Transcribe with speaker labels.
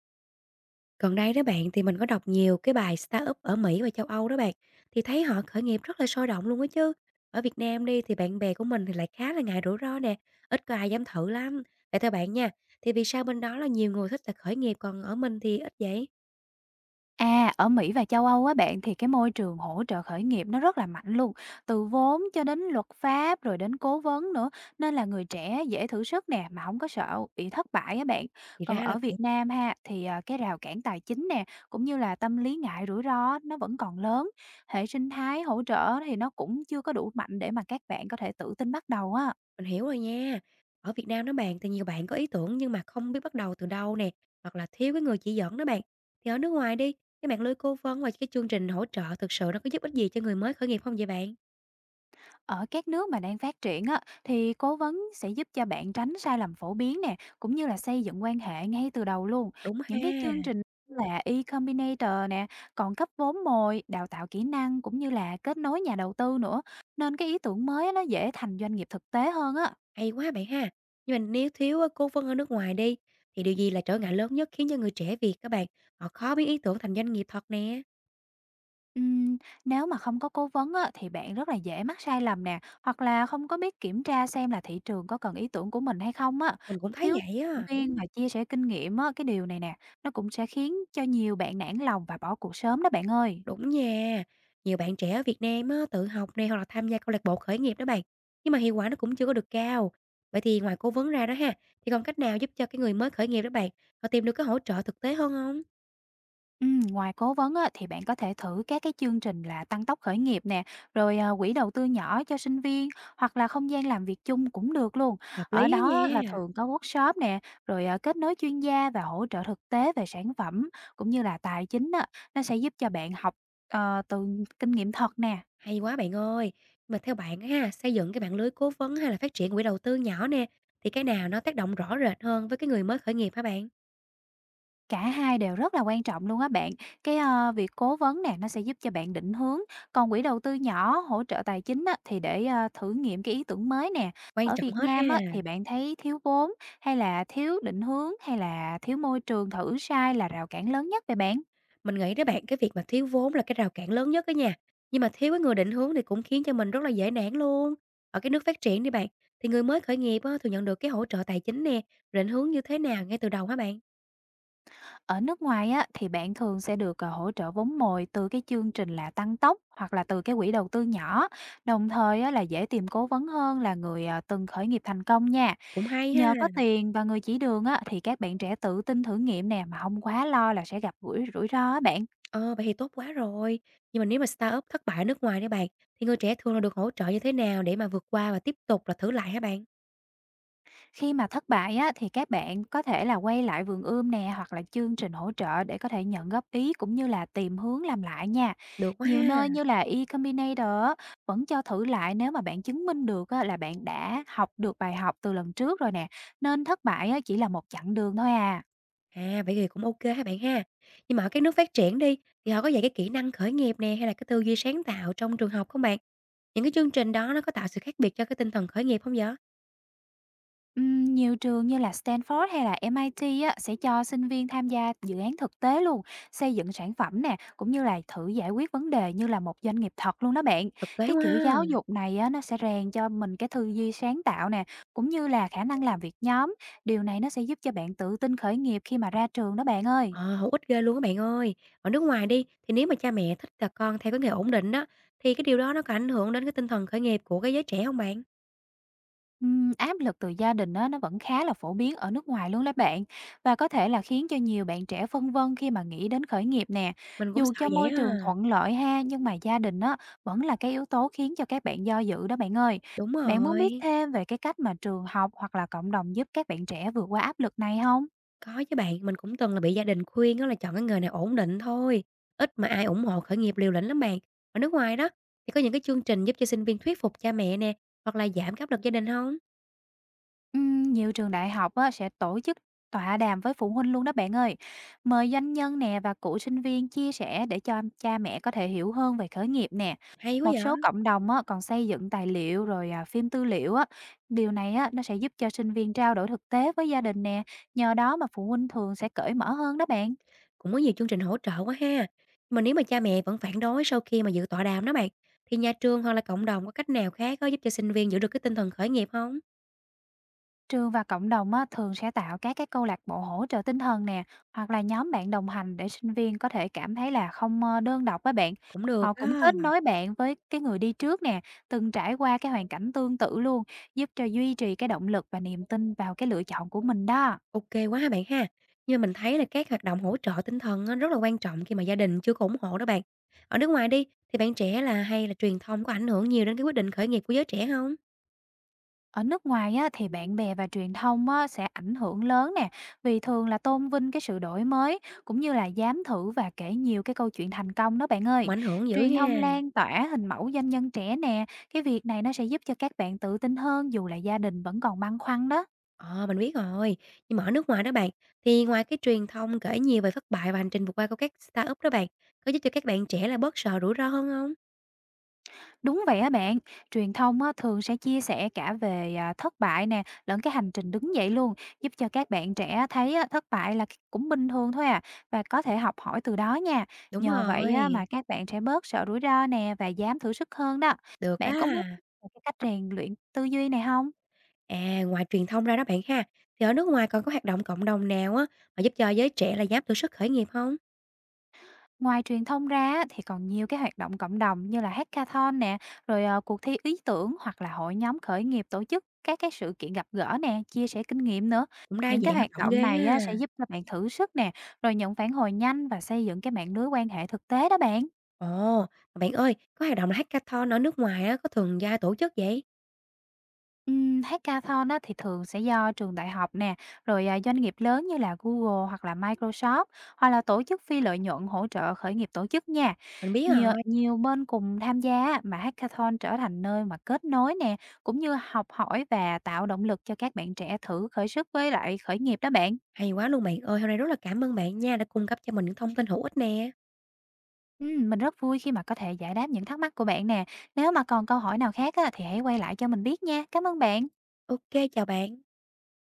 Speaker 1: Gần đây đó bạn thì mình có đọc nhiều cái bài startup ở Mỹ và châu Âu đó bạn thì thấy họ khởi nghiệp rất là sôi động luôn á chứ. Ở Việt Nam đi thì bạn bè của mình thì lại khá là ngại rủi ro nè, ít có ai dám thử lắm. Vậy theo bạn nha, thì vì sao bên đó là nhiều người thích là khởi nghiệp còn ở mình thì ít vậy?
Speaker 2: Ở Mỹ và châu Âu á bạn thì cái môi trường hỗ trợ khởi nghiệp nó rất là mạnh luôn, từ vốn cho đến luật pháp rồi đến cố vấn nữa, nên là người trẻ dễ thử sức nè mà không có sợ bị thất bại á bạn.
Speaker 1: Thì
Speaker 2: Còn
Speaker 1: ra là
Speaker 2: ở
Speaker 1: vậy,
Speaker 2: Việt Nam ha thì cái rào cản tài chính nè cũng như là tâm lý ngại rủi ro nó vẫn còn lớn. Hệ sinh thái hỗ trợ thì nó cũng chưa có đủ mạnh để mà các bạn có thể tự tin bắt đầu á.
Speaker 1: mình hiểu rồi nha. Ở Việt Nam đó bạn thì nhiều bạn có ý tưởng nhưng mà không biết bắt đầu từ đâu nè, hoặc là thiếu cái người chỉ dẫn đó bạn. Thì ở nước ngoài đi, cái mạng lưới cố vấn và cái chương trình hỗ trợ thực sự nó có giúp ích gì cho người mới khởi nghiệp không vậy bạn?
Speaker 2: Ở các nước mà đang phát triển á, thì cố vấn sẽ giúp cho bạn tránh sai lầm phổ biến nè, cũng như là xây dựng quan hệ ngay từ đầu luôn.
Speaker 1: Đúng ha.
Speaker 2: Những cái chương trình như là E Combinator nè, còn cấp vốn mồi, đào tạo kỹ năng cũng như là kết nối nhà đầu tư nữa. Nên cái ý tưởng mới á, nó dễ thành doanh nghiệp thực tế hơn á.
Speaker 1: Hay quá bạn ha! Nhưng mà nếu thiếu á cố vấn ở nước ngoài đi, thì điều gì là trở ngại lớn nhất khiến cho người trẻ Việt các bạn, họ khó biến ý tưởng thành doanh nghiệp thật nè?
Speaker 2: Ừm, Nếu mà không có cố vấn á, thì bạn rất là dễ mắc sai lầm nè, hoặc là không có biết kiểm tra xem là thị trường có cần ý tưởng của mình hay không á.
Speaker 1: Mình cũng thấy
Speaker 2: Thiếu
Speaker 1: vậy
Speaker 2: động
Speaker 1: á.
Speaker 2: viên và chia sẻ kinh nghiệm á, cái điều này nè, nó cũng sẽ khiến cho nhiều bạn nản lòng và bỏ cuộc sớm đó bạn ơi.
Speaker 1: Đúng nha, nhiều bạn trẻ ở Việt Nam á, tự học nè hoặc là tham gia câu lạc bộ khởi nghiệp đó bạn, nhưng mà hiệu quả nó cũng chưa có được cao. Vậy thì ngoài cố vấn ra đó ha, thì còn cách nào giúp cho cái người mới khởi nghiệp đó bạn, họ tìm được cái hỗ trợ thực tế hơn không?
Speaker 2: Ngoài cố vấn á, thì bạn có thể thử các cái chương trình là tăng tốc khởi nghiệp nè, rồi quỹ đầu tư nhỏ cho sinh viên hoặc là không gian làm việc chung cũng được luôn.
Speaker 1: Hợp
Speaker 2: Ở
Speaker 1: lý á
Speaker 2: đó là
Speaker 1: nha.
Speaker 2: thường có workshop nè, rồi kết nối chuyên gia và hỗ trợ thực tế về sản phẩm cũng như là tài chính á, nó sẽ giúp cho bạn học từ kinh nghiệm thật nè.
Speaker 1: Hay quá bạn ơi! Mà theo bạn á ha, xây dựng cái mạng lưới cố vấn hay là phát triển quỹ đầu tư nhỏ nè, thì cái nào nó tác động rõ rệt hơn với cái người mới khởi nghiệp hả bạn?
Speaker 2: Cả hai đều rất là quan trọng luôn á bạn. Việc cố vấn nè, nó sẽ giúp cho bạn định hướng, còn quỹ đầu tư nhỏ hỗ trợ tài chính á, thì để thử nghiệm cái ý tưởng mới nè.
Speaker 1: Quan
Speaker 2: Ở
Speaker 1: trọng
Speaker 2: Việt
Speaker 1: hết
Speaker 2: Nam á,
Speaker 1: ha.
Speaker 2: thì bạn thấy thiếu vốn, hay là thiếu định hướng, hay là thiếu môi trường thử sai là rào cản lớn nhất về bạn?
Speaker 1: Mình nghĩ đó bạn, cái việc mà thiếu vốn là cái rào cản lớn nhất á nha, nhưng mà thiếu cái người định hướng thì cũng khiến cho mình rất là dễ nản luôn. Ở cái nước phát triển đi bạn, thì người mới khởi nghiệp á, thường nhận được cái hỗ trợ tài chính nè, định hướng như thế nào ngay từ đầu hả bạn?
Speaker 2: Ở nước ngoài á, thì bạn thường sẽ được hỗ trợ vốn mồi từ cái chương trình là tăng tốc hoặc là từ cái quỹ đầu tư nhỏ, đồng thời á, là dễ tìm cố vấn hơn là người từng khởi nghiệp thành công nha.
Speaker 1: Cũng hay
Speaker 2: Nhờ có
Speaker 1: ha.
Speaker 2: tiền và người chỉ đường á, thì các bạn trẻ tự tin thử nghiệm nè mà không quá lo là sẽ gặp rủi rủi ro á bạn.
Speaker 1: Ờ, vậy thì tốt quá rồi. Nhưng mà nếu mà startup thất bại ở nước ngoài đấy bạn, thì người trẻ thường là được hỗ trợ như thế nào để mà vượt qua và tiếp tục là thử lại hả bạn?
Speaker 2: Khi mà thất bại á, thì các bạn có thể là quay lại vườn ươm nè hoặc là chương trình hỗ trợ để có thể nhận góp ý cũng như là tìm hướng làm lại nha.
Speaker 1: Được quá
Speaker 2: Nhiều
Speaker 1: ha.
Speaker 2: nơi như là E Combinator á, vẫn cho thử lại nếu mà bạn chứng minh được á, là bạn đã học được bài học từ lần trước rồi nè. Nên thất bại á, chỉ là một chặng đường thôi à.
Speaker 1: À, vậy thì cũng ok hả bạn ha. Nhưng mà ở các nước phát triển đi, thì họ có dạy cái kỹ năng khởi nghiệp nè hay là cái tư duy sáng tạo trong trường học không bạn? Những cái chương trình đó nó có tạo sự khác biệt cho cái tinh thần khởi nghiệp không vậy?
Speaker 2: Nhiều trường như là Stanford hay là MIT á, sẽ cho sinh viên tham gia dự án thực tế luôn, xây dựng sản phẩm nè, cũng như là thử giải quyết vấn đề như là một doanh nghiệp thật luôn đó bạn.
Speaker 1: Thực tế
Speaker 2: Cái
Speaker 1: quá
Speaker 2: kiểu
Speaker 1: ha.
Speaker 2: giáo dục này á, nó sẽ rèn cho mình cái tư duy sáng tạo nè, cũng như là khả năng làm việc nhóm. Điều này nó sẽ giúp cho bạn tự tin khởi nghiệp khi mà ra trường đó bạn ơi.
Speaker 1: Ờ, hữu ích ghê luôn các bạn ơi. Ở nước ngoài đi, thì nếu mà cha mẹ thích là con theo cái nghề ổn định đó, thì cái điều đó nó có ảnh hưởng đến cái tinh thần khởi nghiệp của cái giới trẻ không bạn?
Speaker 2: Áp lực từ gia đình đó nó vẫn khá là phổ biến ở nước ngoài luôn đó bạn và có thể là khiến cho nhiều bạn trẻ phân vân khi mà nghĩ đến khởi nghiệp nè.
Speaker 1: Mình cũng
Speaker 2: Dù
Speaker 1: sợ
Speaker 2: cho
Speaker 1: vậy
Speaker 2: môi trường
Speaker 1: á.
Speaker 2: thuận lợi ha, nhưng mà gia đình đó vẫn là cái yếu tố khiến cho các bạn do dự đó bạn ơi.
Speaker 1: Đúng
Speaker 2: Bạn muốn biết
Speaker 1: rồi,
Speaker 2: thêm về cái cách mà trường học hoặc là cộng đồng giúp các bạn trẻ vượt qua áp lực này không?
Speaker 1: có chứ bạn, mình cũng từng là bị gia đình khuyên đó là chọn cái nghề này ổn định thôi, ít mà ai ủng hộ khởi nghiệp liều lĩnh lắm bạn. Ở nước ngoài đó, thì có những cái chương trình giúp cho sinh viên thuyết phục cha mẹ nè, hoặc là giảm cái áp lực gia đình không?
Speaker 2: Nhiều trường đại học á, sẽ tổ chức tọa đàm với phụ huynh luôn đó bạn ơi. Mời doanh nhân nè và cựu sinh viên chia sẻ để cho cha mẹ có thể hiểu hơn về khởi nghiệp nè.
Speaker 1: Hay quá
Speaker 2: Một
Speaker 1: vậy!
Speaker 2: số cộng đồng á, còn xây dựng tài liệu rồi phim tư liệu á. Điều này á, nó sẽ giúp cho sinh viên trao đổi thực tế với gia đình nè. Nhờ đó mà phụ huynh thường sẽ cởi mở hơn đó bạn.
Speaker 1: Cũng có nhiều chương trình hỗ trợ quá ha. Nhưng mà nếu mà cha mẹ vẫn phản đối sau khi mà dự tọa đàm đó bạn, thì nhà trường hoặc là cộng đồng có cách nào khác có giúp cho sinh viên giữ được cái tinh thần khởi nghiệp không?
Speaker 2: Trường và cộng đồng á, thường sẽ tạo các cái câu lạc bộ hỗ trợ tinh thần nè, hoặc là nhóm bạn đồng hành để sinh viên có thể cảm thấy là không đơn độc với bạn.
Speaker 1: Cũng được
Speaker 2: Họ cũng
Speaker 1: á.
Speaker 2: kết nối bạn với cái người đi trước nè, từng trải qua cái hoàn cảnh tương tự luôn, giúp cho duy trì cái động lực và niềm tin vào cái lựa chọn của mình đó.
Speaker 1: OK quá ha bạn ha. Nhưng mà mình thấy là các hoạt động hỗ trợ tinh thần á rất là quan trọng khi mà gia đình chưa có ủng hộ đó bạn. Ở nước ngoài đi, thì bạn trẻ là hay là truyền thông có ảnh hưởng nhiều đến cái quyết định khởi nghiệp của giới trẻ không?
Speaker 2: Ở nước ngoài á, thì bạn bè và truyền thông á, sẽ ảnh hưởng lớn nè, vì thường là tôn vinh cái sự đổi mới cũng như là dám thử và kể nhiều cái câu chuyện thành công đó bạn
Speaker 1: Cũng
Speaker 2: ơi.
Speaker 1: ảnh hưởng dữ
Speaker 2: Truyền thông
Speaker 1: ha.
Speaker 2: lan tỏa hình mẫu doanh nhân trẻ nè, cái việc này nó sẽ giúp cho các bạn tự tin hơn dù là gia đình vẫn còn băn khoăn đó.
Speaker 1: Ờ, mình biết rồi. Nhưng mà ở nước ngoài đó bạn, thì ngoài cái truyền thông kể nhiều về thất bại và hành trình vượt qua của các startup đó bạn, có giúp cho các bạn trẻ là bớt sợ rủi ro hơn không?
Speaker 2: Đúng vậy á bạn, truyền thông á, thường sẽ chia sẻ cả về thất bại nè, lẫn cái hành trình đứng dậy luôn, giúp cho các bạn trẻ thấy á, thất bại là cũng bình thường thôi à, và có thể học hỏi từ đó nha.
Speaker 1: Đúng
Speaker 2: Nhờ vậy á, mà
Speaker 1: rồi,
Speaker 2: các bạn sẽ bớt sợ rủi ro nè và dám thử sức hơn đó.
Speaker 1: được á.
Speaker 2: Bạn có muốn cái cách rèn luyện tư duy này không?
Speaker 1: À, ngoài truyền thông ra đó bạn ha, thì ở nước ngoài còn có hoạt động cộng đồng nào á mà giúp cho giới trẻ là dám thử sức khởi nghiệp không?
Speaker 2: Ngoài truyền thông ra á, thì còn nhiều cái hoạt động cộng đồng như là hackathon nè, rồi cuộc thi ý tưởng hoặc là hội nhóm khởi nghiệp tổ chức các cái sự kiện gặp gỡ nè, chia sẻ kinh nghiệm nữa.
Speaker 1: Cũng đa
Speaker 2: Những cái
Speaker 1: dạng hoạt
Speaker 2: hoạt
Speaker 1: động
Speaker 2: động
Speaker 1: ghê
Speaker 2: này á,
Speaker 1: ha.
Speaker 2: sẽ giúp các bạn thử sức nè, rồi nhận phản hồi nhanh và xây dựng cái mạng lưới quan hệ thực tế đó bạn.
Speaker 1: Ồ, mà bạn ơi, có hoạt động là hackathon ở nước ngoài á, có thường gia tổ chức vậy?
Speaker 2: Hackathon á thì thường sẽ do trường đại học nè, rồi, doanh nghiệp lớn như là Google hoặc là Microsoft, hoặc là tổ chức phi lợi nhuận hỗ trợ khởi nghiệp tổ chức nha.
Speaker 1: Mình biết
Speaker 2: Nhiều
Speaker 1: rồi.
Speaker 2: nhiều bên cùng tham gia á, mà hackathon trở thành nơi mà kết nối nè, cũng như học hỏi và tạo động lực cho các bạn trẻ thử khởi sức với lại khởi nghiệp đó bạn.
Speaker 1: Hay quá luôn bạn ơi, hôm nay rất là cảm ơn bạn nha đã cung cấp cho mình những thông tin hữu ích nè.
Speaker 2: Mình rất vui khi mà có thể giải đáp những thắc mắc của bạn nè. Nếu mà còn câu hỏi nào khác á, thì hãy quay lại cho mình biết nha. Cảm ơn bạn.
Speaker 1: OK, chào bạn.